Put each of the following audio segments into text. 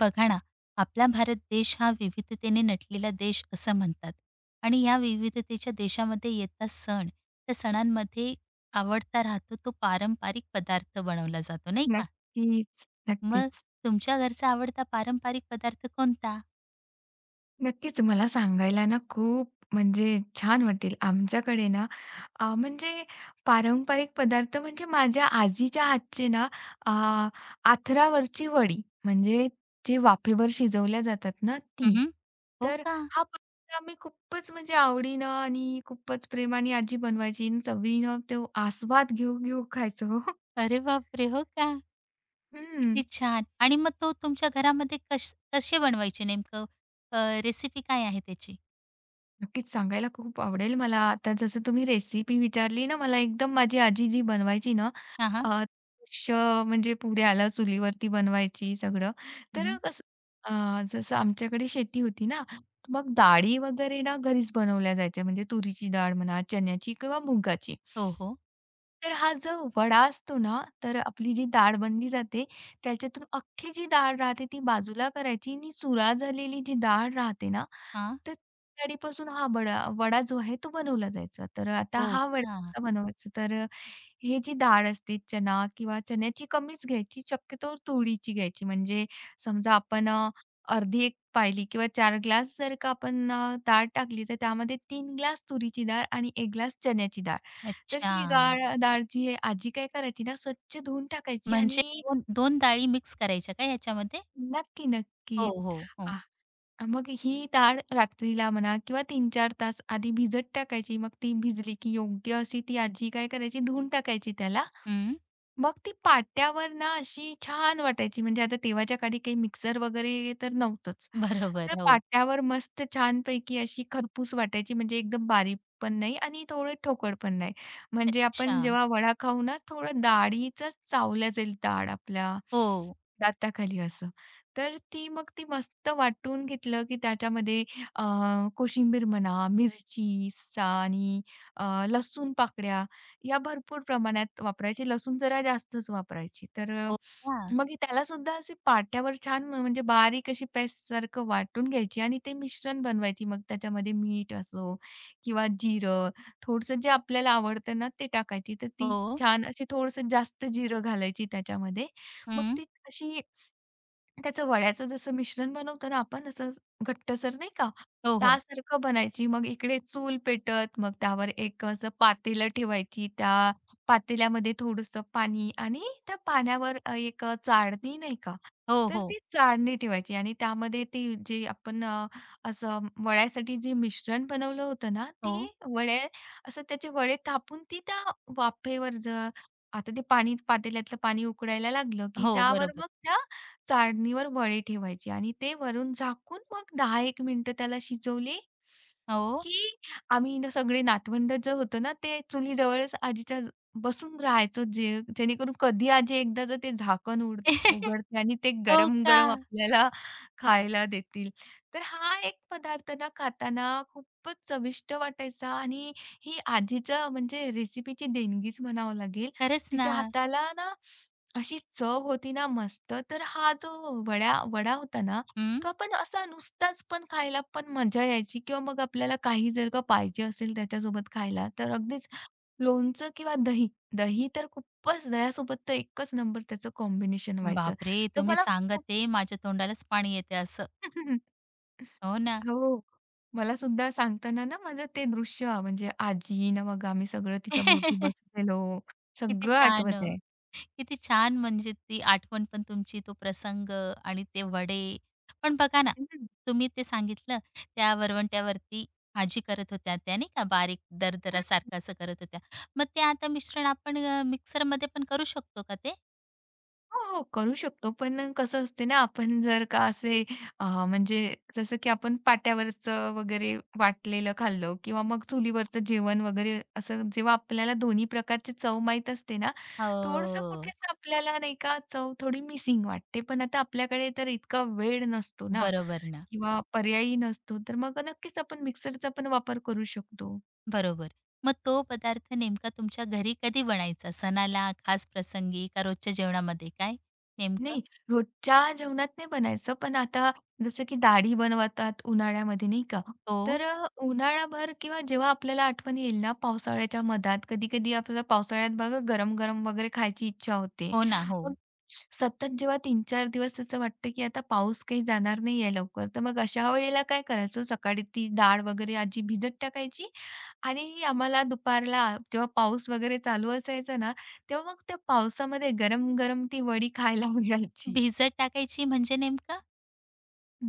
बघा ना, आपला भारत देश हा विविधतेने नटलेला देश असं म्हणतात आणि या विविधतेच्या देशामध्ये येतात सण. त्या सणांमध्ये आवडता राहतो तो पारंपरिक पदार्थ बनवला जातो, नाही का? नक्कीच, मग नक्कीच. तुमच्या घरचा आवडता पारंपरिक पदार्थ कोणता? नक्कीच मला सांगायला ना खूप म्हणजे छान वाटेल. आमच्याकडे ना अ, म्हणजे पारंपरिक पदार्थ म्हणजे माझ्या आजीच्या हातचे ना अ, आथरावरची वडी म्हणजे जे वाफेवर शिजवल्या जातात ना ती. हं, हो तर का? हा पदार्थ आम्ही खूपच म्हणजे आवडीनं आणि खूपच प्रेमाने आजी बनवायची आणि चवीनं तो आस्वाद घेऊ-घेऊ खायचो. अरे बापरे! हो का? हं. किती छान. आणि मग तो तुमच्या घरामध्ये कसे बनवायचे नेमकं? अ, रेसिपी काय आहे त्याची? नक्कीच सांगायला खूप आवडेल मला. आता जसं तुम्ही रेसिपी विचारली ना, मला एकदम माझी आजी जी बनवायची ना, हां, हां. आयुष्य म्हणजे पुढे आलं चुलीवरती बनवायची सगळं. तर हं, कसं जसं आमच्याकडे शेती होती ना, मग डाळी वगैरे ना घरीच बनवल्या जायच्या. म्हणजे तुरीची डाळ म्हणा, चण्याची किंवा मुगाची. हो, हो. तर हा जो वडा असतो ना, तर आपली जी डाळ बनली जाते, त्याच्यातून अख्खी जी डाळ राहते ती बाजूला करायची आणि चुरा झालेली जी डाळ राहते ना, हां. तर डाळीपासून हा वडा वडा जो आहे तो बनवला जायचा. तर आता हो हा वडा का? कसा बनवायचा? तर हे जी डाळ असते चना किंवा चण्याची कमीच घ्यायची, शक्यतो तुरीची घ्यायची. म्हणजे समजा आपण अर्धी एक पायली किंवा 4 ग्लास जर का आपण डाळ टाकली, तर त्यामध्ये 3 ग्लास तुरीची डाळ आणि 1 ग्लास चण्याची डाळ. तर ही अच्छा. डाळ जी आहे आजी काय करायची ना स्वच्छ धुवून टाकायची म्हणजे आणि दोन 2 डाळी मिक्स करायच्या का याच्यामध्ये? नक्की, हो, नक्कीच. हो, हो. आह, मग ही डाळ रात्रीला म्हणा किंवा तीन चार तास आधी भिजत टाकायची. मग ती भिजली की योग्य अशी ती आजी काय करायची धुवून टाकायची त्याला. हं. मग ती पाट्यावर ना अशी छान वाटायची. म्हणजे आता तेव्हाच्या काळी काही मिक्सर वगैरे तर नव्हतंच. तर बरोबर. हो. पाट्यावर मस्त छानपैकी अशी खरपूस वाटायची. म्हणजे एकदम बारीक पण नाही आणि थोडं ठोकळ पण नाही. म्हणजे अच्छा. आपण जेव्हा वडा खाऊ ना, थोडं डाळीचं चावल्या जाईल डाळ आपल्या हो. दाताखाली असं. तर मग ती मस्त वाटून घेतलं, की त्याच्यामध्ये अ, कोशिंबीर म्हणा, मिरची सा आणि अ, लसूण पाकळ्या या भरपूर प्रमाणात वापरायची. लसूण जरा जास्तच वापरायची. तर हो का? मग हे त्याला सुद्धा असे पाट्यावर छान म्हणजे बारीक अशी पेस्टसारखं वाटून घ्यायची आणि ते मिश्रण बनवायची. मग त्याच्यामध्ये मीठ असो किंवा जिरं, थोडंसं जे आपल्याला आवडतं ना ते टाकायची. तर ती हो. छान अशी थोडंसं जास्त जिरं घालायची त्याच्यामध्ये. मग हं. ती अशी त्याचं वड्याचं जसं मिश्रण बनवतो ना आपण असं घट्टसर नाही का, हो. त्यासारखं बनायची. मग इकडे चूल पेटत, मग त्यावर एक असं पातेलं ठेवायची. त्या पातेल्यामध्ये थोडंसं पाणी आणि त्या पाण्यावर एक चाळणी नाही का, हो, तर हो. ती चाळणी ठेवायची आणि त्यामध्ये ती जी आपण असं वड्यासाठी जे मिश्रण बनवलं होतं ना, हो. ते वडे असं त्याचे वडे थापून ती त्या वाफेवर ज आता ते पातेल्यातलं पाणी उकळायला लागलं, की हो, त्यावर बरोबर. मग त्या चाळणीवर वडी ठेवायची आणि ते वरून झाकून मग 10-1 मिनिटं त्याला शिजवले हो. की आम्ही ना सगळे नातवंड जे होतो ना, ते चुलीजवळच आजीच्या बसून राहायचो, जे जेणेकरून कधी आजी एकदाचं ते झाकण उघडते आणि ते हो का? गरम-गरम आपल्याला खायला देतील. तर हा एक पदार्थ ना खाताना खूपच चविष्ट वाटायचा आणि ही आजीचं म्हणजे रेसिपीची देणगीच म्हणावं लागेल. खरंच ना. तिच्या हाताला ना अशी चव होती ना मस्त. तर हा जो वडा होता ना हं. का पण असा नुसताच पण खायला पण मजा यायची किंवा मग आपल्याला काही जर का पाहिजे असेल त्याच्यासोबत खायला, तर अगदीच लोणचं किंवा दही. दही तर खूपच दह्यासोबत तर एकच नंबर त्याचं कॉम्बिनेशन व्हायचं. बापरे! तर तुम्ही मला खूप. सांगत आहे माझ्या तोंडालाच पाणी येते असं. हो ना. हो. मला सुद्धा सांगताना ना माझं ते दृश्य म्हणजे आजी ना मग आम्ही सगळं तिच्या भोवती बसलेलो, किती सगळं छान! आठवत आहे. किती छान म्हणजे ती आठवण पण तुमची, तो प्रसंग आणि ते वडे. पण बघा ना, हं. तुम्ही ते सांगितलं त्या वरवंट्यावरती भाजी करत होत्या त्या नाही का, बारीक दरदरासारखं असं करत होत्या. मग ते आता मिश्रण आपण मिक्सरमध्ये पण करू शकतो का ते? हो, हो. करू शकतो. पण कसं असते ना, आपण जर का असे अ, म्हणजे जसं की आपण पाट्यावरचं वगैरे वाटलेलं खाल्लं किंवा मग चुलीवरचं जेवण वगैरे असं जेव्हा आपल्याला दोन्ही प्रकारची चव माहीत असते ना, थोडंसं हो. कुठेच आपल्याला नाही का चव थोडी मिसिंग वाटते. पण आता आपल्याकडे तर इतका वेळ नसतो ना बरोबर ना. किंवा पर्यायही नसतो. तर मग नक्कीच आपण मिक्सरचा पण वापर करू शकतो. बरोबर. मग तो पदार्थ नेमका तुमच्या घरी कधी बनायचा? सणाला, खास प्रसंगी का रोजच्या जेवणामध्ये काय नेमकं? नाही, रोजच्या जेवणात नाही बनायचं. पण आता जसं की डाळी बनवतात उन्हाळ्यामध्ये नाही का? हो. तर उन्हाळाभर किंवा जेव्हा आपल्याला आठवण येईल ना पावसाळ्याच्या मधात, कधी-कधी आपल्याला पावसाळ्यात बघा गरम-गरम वगैरे खायची इच्छा होते. हो ना. हो. मग सतत जेव्हा 3-4 दिवस असं वाटतं की आता पाऊस काही जाणार नाही आहे लवकर. तर मग अशा वेळेला काय करायचं सकाळी ती डाळ वगैरे आजी भिजत टाकायची आणि आम्हाला दुपारला जेव्हा पाऊस वगैरे चालू असायचा ना, तेव्हा मग त्या पावसामध्ये गरम-गरम ती वडी खायला मिळायची. भिजत टाकायची म्हणजे नेमकं?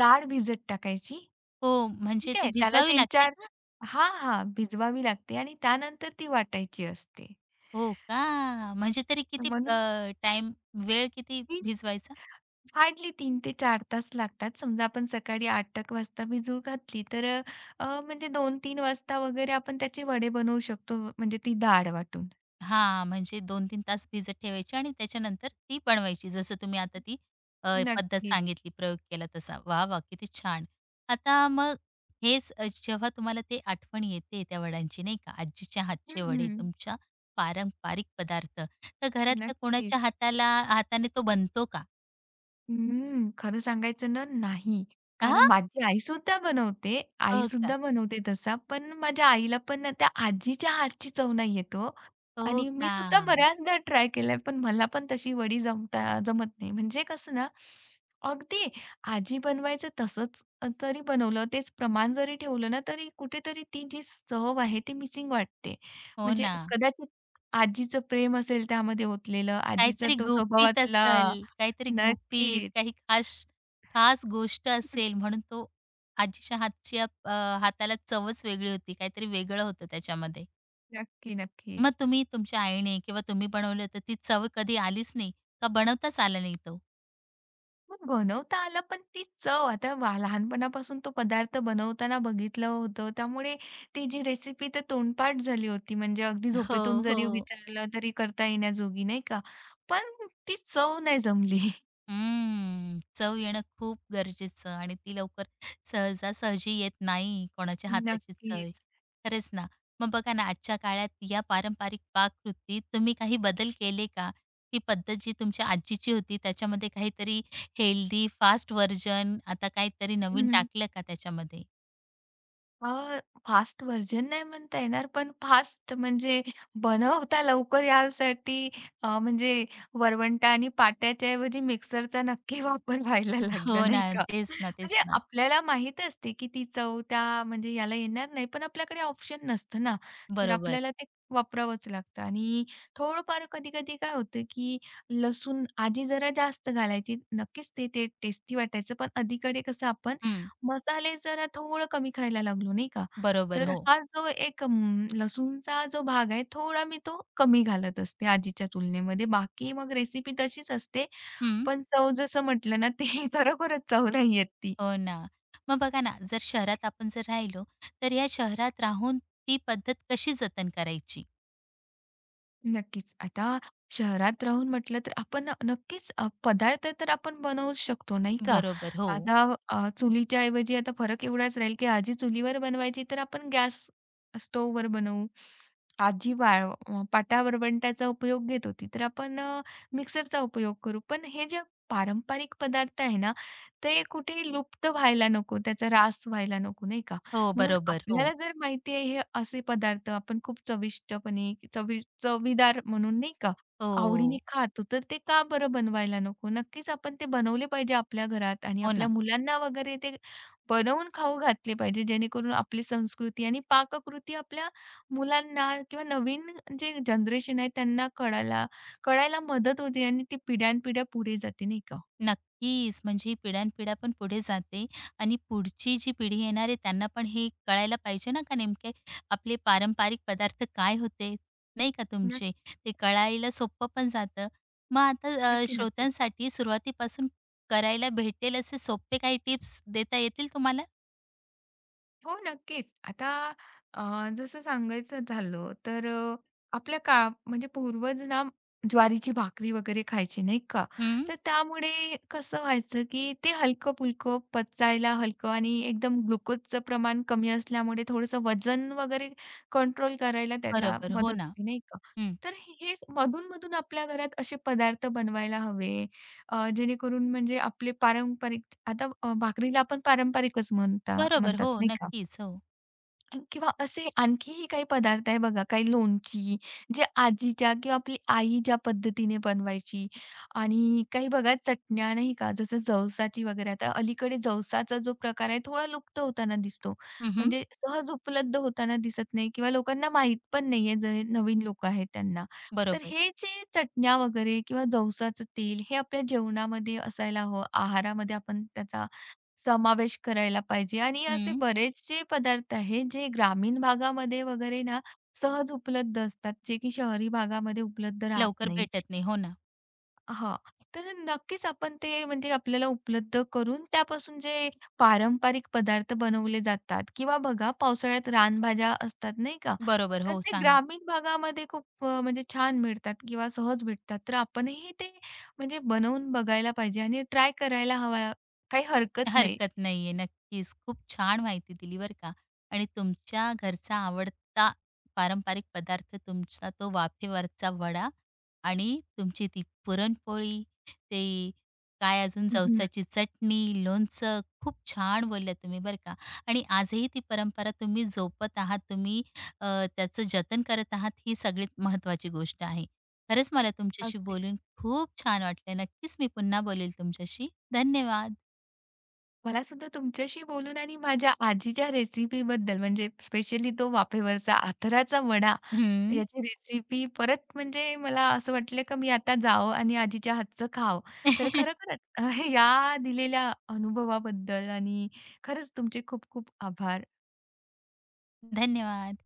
डाळ भिजत टाकायची. हो, म्हणजे ठीक ती आहे. त्याला भिजवावी लागते 3-4. का? हां, हां. भिजवावी लागते आणि त्यानंतर ती वाटायची असते. हो का? म्हणजे तरी किती म्हणून टाईम वेळ किती ती भिजवायचा? हार्डली 3 ते 4 तास लागतात. समजा आपण सकाळी 8:00 वाजता भिजू घातली, तर म्हणजे 2-3 वाजता वगैरे आपण त्याचे वडे बनवू शकतो, म्हणजे ती डाळ वाटून. हां, म्हणजे 2-3 तास भिजत ठेवायची आणि त्याच्यानंतर ती बनवायची. जसं तुम्ही आता ती अ, पद्धत नक्कीच. सांगितली, प्रयोग केला तसा. वाह, वाह! किती छान. आता मग जेव्हा तुम्हाला ते आठवण येते त्या वड्यांची नाही का, आजीच्या हं, हातचे वडे, हं. तुमच्या पारंपरिक पदार्थ, तर घरातल्या कोणाच्या नक्कीच. हाताने तो बनतो का? हम्म, खरं सांगायचं ना नाही. हां, कारण माझी आईसुद्धा बनवते. आई हो का? सुद्धा बनवते तसा, पण माझ्या आईला पण ना त्या आजीच्या हातची चव नाही येत हो. हो आणि मी का? सुद्धा बऱ्याचदा ट्राय केलाय, पण मला पण तशी वडी जमता जमत नाही. म्हणजे कसं ना, अगदी आजी बनवायचं तसंच तरी बनवलं, तेच प्रमाण जरी ठेवलं ना, तरी कुठेतरी ती जी चव आहे ती मिसिंग वाटते. हो म्हणजे ना. कदाचित आजीचं प्रेम असेल त्यामध्ये ओतलेलं, आजीचा तो स्वभावातला. काहीतरी गुपित, नक्कीच. काही खास खास गोष्ट असेल म्हणून तो आजीच्या हाताला चवच वेगळी होती. काहीतरी वेगळं होतं त्याच्यामध्ये. नक्की, मग नक्कीच. तुम्ही तुमच्या आईने किंवा तुम्ही बनवलं तर ती चव कधी आलीच नाही? का बनवताच आला नाही तो? मग बनवता आलं, पण ती चव आता वा लहानपणापासून तो पदार्थ बनवताना बघितलं होतं, त्यामुळे ती जी रेसिपी तर तोंडपाठ झाली होती. म्हणजे अगदी हो, झोपेतून जरी हो. विचारलं तरी करता येण्याजोगी, नाही का? पण ती चव नाही जमली. हम्म. चव येणं खूप गरजेचं आणि ती लवकर सहजासहजी येत नाही कोणाच्या हाताची चव आहे. नक्कीच. खरंच ना. मग बघा ना आजच्या काळात या पारंपरिक पाककृतीत तुम्ही काही बदल केले का? ती पद्धत जी तुमच्या आजीची होती त्याच्यामध्ये काहीतरी हेल्दी फास्ट व्हर्जन आता काहीतरी नवीन टाकलं का त्याच्यामध्ये? अ, फास्ट व्हर्जन नाही म्हणता येणार, पण फास्ट म्हणजे बनवता लवकर यासाठी अ, म्हणजे वरवंटा आणि पाट्याच्या ऐवजी मिक्सरचा नक्की वापर व्हायला लागला, हो ना. नाही का? तेच म्हणजे ना. आपल्याला माहित असते, की ती चव त्या म्हणजे याला येणार नाही, पण आपल्याकडे ऑप्शन नसतं ना, तर बरोबर. आपल्याला ते वापरावंच लागतं आणि थोडंफार कधी-कधी काय होतं, की लसूण आजी जरा जास्त घालायची. नक्कीच ते ते टेस्टी वाटायचं, पण अलीकडे कसं आपण हं. मसाले जरा थोडं कमी खायला लागलो, नाही का. बरोबर. तर हो. हा जो एक लसूणचा जो भाग आहे थोडा मी तो कमी घालत असते आजीच्या तुलनेमध्ये. बाकी मग रेसिपी तशीच असते, हं. पण चव जसं म्हटलं ना, ते खरोखरच चव नाही येत ती. हो ना. मग बघा ना, जर शहरात आपण राहिलो, तर या शहरात राहून ती पद्धत कशी जतन करायची? नक्कीच. आता शहरात राहून म्हटलं तर आपण नक्कीच पदार्थ तर आपण बनवू शकतो, नाही का? बरोबर. हो. आता चुलीच्या ऐवजी आता फरक एवढाच राहील, की आजी चुलीवर बनवायची तर आपण गॅस स्टोव्हवर बनवू. आजी पाटा-वरवंट्याचा उपयोग घेत होती, तर आपण मिक्सरचा उपयोग करू. पण हे जे पारंपरिक पदार्थ आहे ना, ते कुठेही लुप्त व्हायला नको, त्याचा ऱ्हास व्हायला नको, नाही का? हो, म्हणून बरोबर. हो. आपल्याला जर माहिती आहे हे असे पदार्थ आपण खूप चविष्टपणे चवी चवीदार म्हणून नाही का आवडीने हो. खातो, तर ते का बरं बनवायला नको? नक्कीच आपण ते बनवले पाहिजे आपल्या घरात आणि हो आपल्या ना. मुलांना वगैरे ते बनवून खाऊ घातले पाहिजे, जेणेकरून आपली संस्कृती आणि पाककृती आपल्या मुलांना किंवा नवीन जे जनरेशन आहे त्यांना कळायला कळायला मदत होते आणि ती पिढ्यानपिढ्या पुढे जाते, नाही का? नक्कीच. म्हणजे ही पिढ्यानपिढ्या पण पुढे जाते आणि पुढची जी पिढी येणार आहे त्यांना पण हे कळायला पाहिजे ना, का नेमके आपले पारंपरिक पदार्थ काय होते, नाही का तुमचे? नक्की, ते कळायला सोपं पण जातं. मग आता नक्की, नक्की. श्रोत्यांसाठी सुरुवातीपासून करायला भेटेल असे सोपे काही टिप्स देता येतील तुम्हाला? हो, नक्कीच. आता अ, जसं सांगायचं झालं तर आपल्या काळा म्हणजे पूर्वज ना ज्वारीची भाकरी वगैरे खायची, नाही का? तर त्यामुळे कसं व्हायचं, की ते हलकं-फुलकं, पचायला हलकं आणि एकदम ग्लुकोजचं प्रमाण कमी असल्यामुळे थोडंसं वजन वगैरे कंट्रोल करायला त्याला बरोबर, हो मदत ना. होते, नाही का? हं. तर हेच मधून-मधून आपल्या घरात असे पदार्थ बनवायला हवे जेणेकरून म्हणजे आपले पारंपरिक आता भाकरीला आपण पारंपरिकच म्हणता बरोबर, म्हणतात, हो, नाही का? नक्कीच, हो. किंवा असे आणखीही काही पदार्थ आहे बघा, काही लोणची, जे आजीच्या किंवा आपली आई ज्या पद्धतीने बनवायची आणि काही बघा चटण्या नाही का, जसं जवसाची वगैरे. आता अलीकडे जवसाचा जो प्रकार आहे थोडा लुप्त होताना दिसतो. हं, हं. म्हणजे सहज उपलब्ध होताना दिसत नाही किंवा लोकांना माहीत पण नाहीये, जे नवीन लोकं आहेत त्यांना. तर बरोबर. हे जे चटण्या वगैरे किंवा जवसाचं तेल हे आपल्या जेवणामध्ये असायला हवं, आहारामध्ये आपण त्याचा समावेश करायला पाहिजे आणि असे हं. बरेचसे पदार्थ आहेत जे ग्रामीण भागामध्ये वगैरे ना सहज उपलब्ध असतात, जे की शहरी भागामध्ये उपलब्ध राहत लवकर नाही. भेटत नाही. हो ना. हां, तर नक्कीच आपण ते म्हणजे आपल्याला उपलब्ध करून त्यापासून जे पारंपरिक पदार्थ बनवले जातात किंवा बघा पावसाळ्यात रानभाज्या असतात नाही का? बरोबर, तर हो, ते सांगा. ग्रामीण भागामध्ये खूप म्हणजे छान मिळतात किंवा सहज भेटतात. तर आपणही ते म्हणजे बनवून बघायला पाहिजे आणि ट्राय करायला हवा. काही हरकत नाही. हरकत नाहीये. नक्कीच. खूप छान माहिती दिली बरं का. आणि तुमच्या घरचा आवडता पारंपरिक पदार्थ तुमचा तो वाफेवरचा वडा आणि तुमची ती पुरणपोळी, ते काय अजून जवसाची चटणी, लोणचं. खूप छान बोलल्या तुम्ही बरं का. आणि आजही ती परंपरा तुम्ही जोपत आहात. तुम्ही अ, त्याचं जतन करत आहात ही सगळ्यात महत्त्वाची गोष्ट आहे. खरंच मला तुमच्याशी अगदीच. बोलून खूप छान वाटलं. नक्कीच मी पुन्हा बोलेल तुमच्याशी. धन्यवाद. मला सुद्धा तुमच्याशी बोलून आणि माझ्या आजीच्या रेसिपीबद्दल म्हणजे स्पेशली तो वाफेवरचा आथराचा वडा हं. याची रेसिपी परत म्हणजे मला असं वाटलं का मी आता जावं आणि आजीच्या हातचं खावं. तर खरोखरच या दिलेल्या अनुभवाबद्दल आणि खरंच तुमचे खूप खूप आभार. धन्यवाद.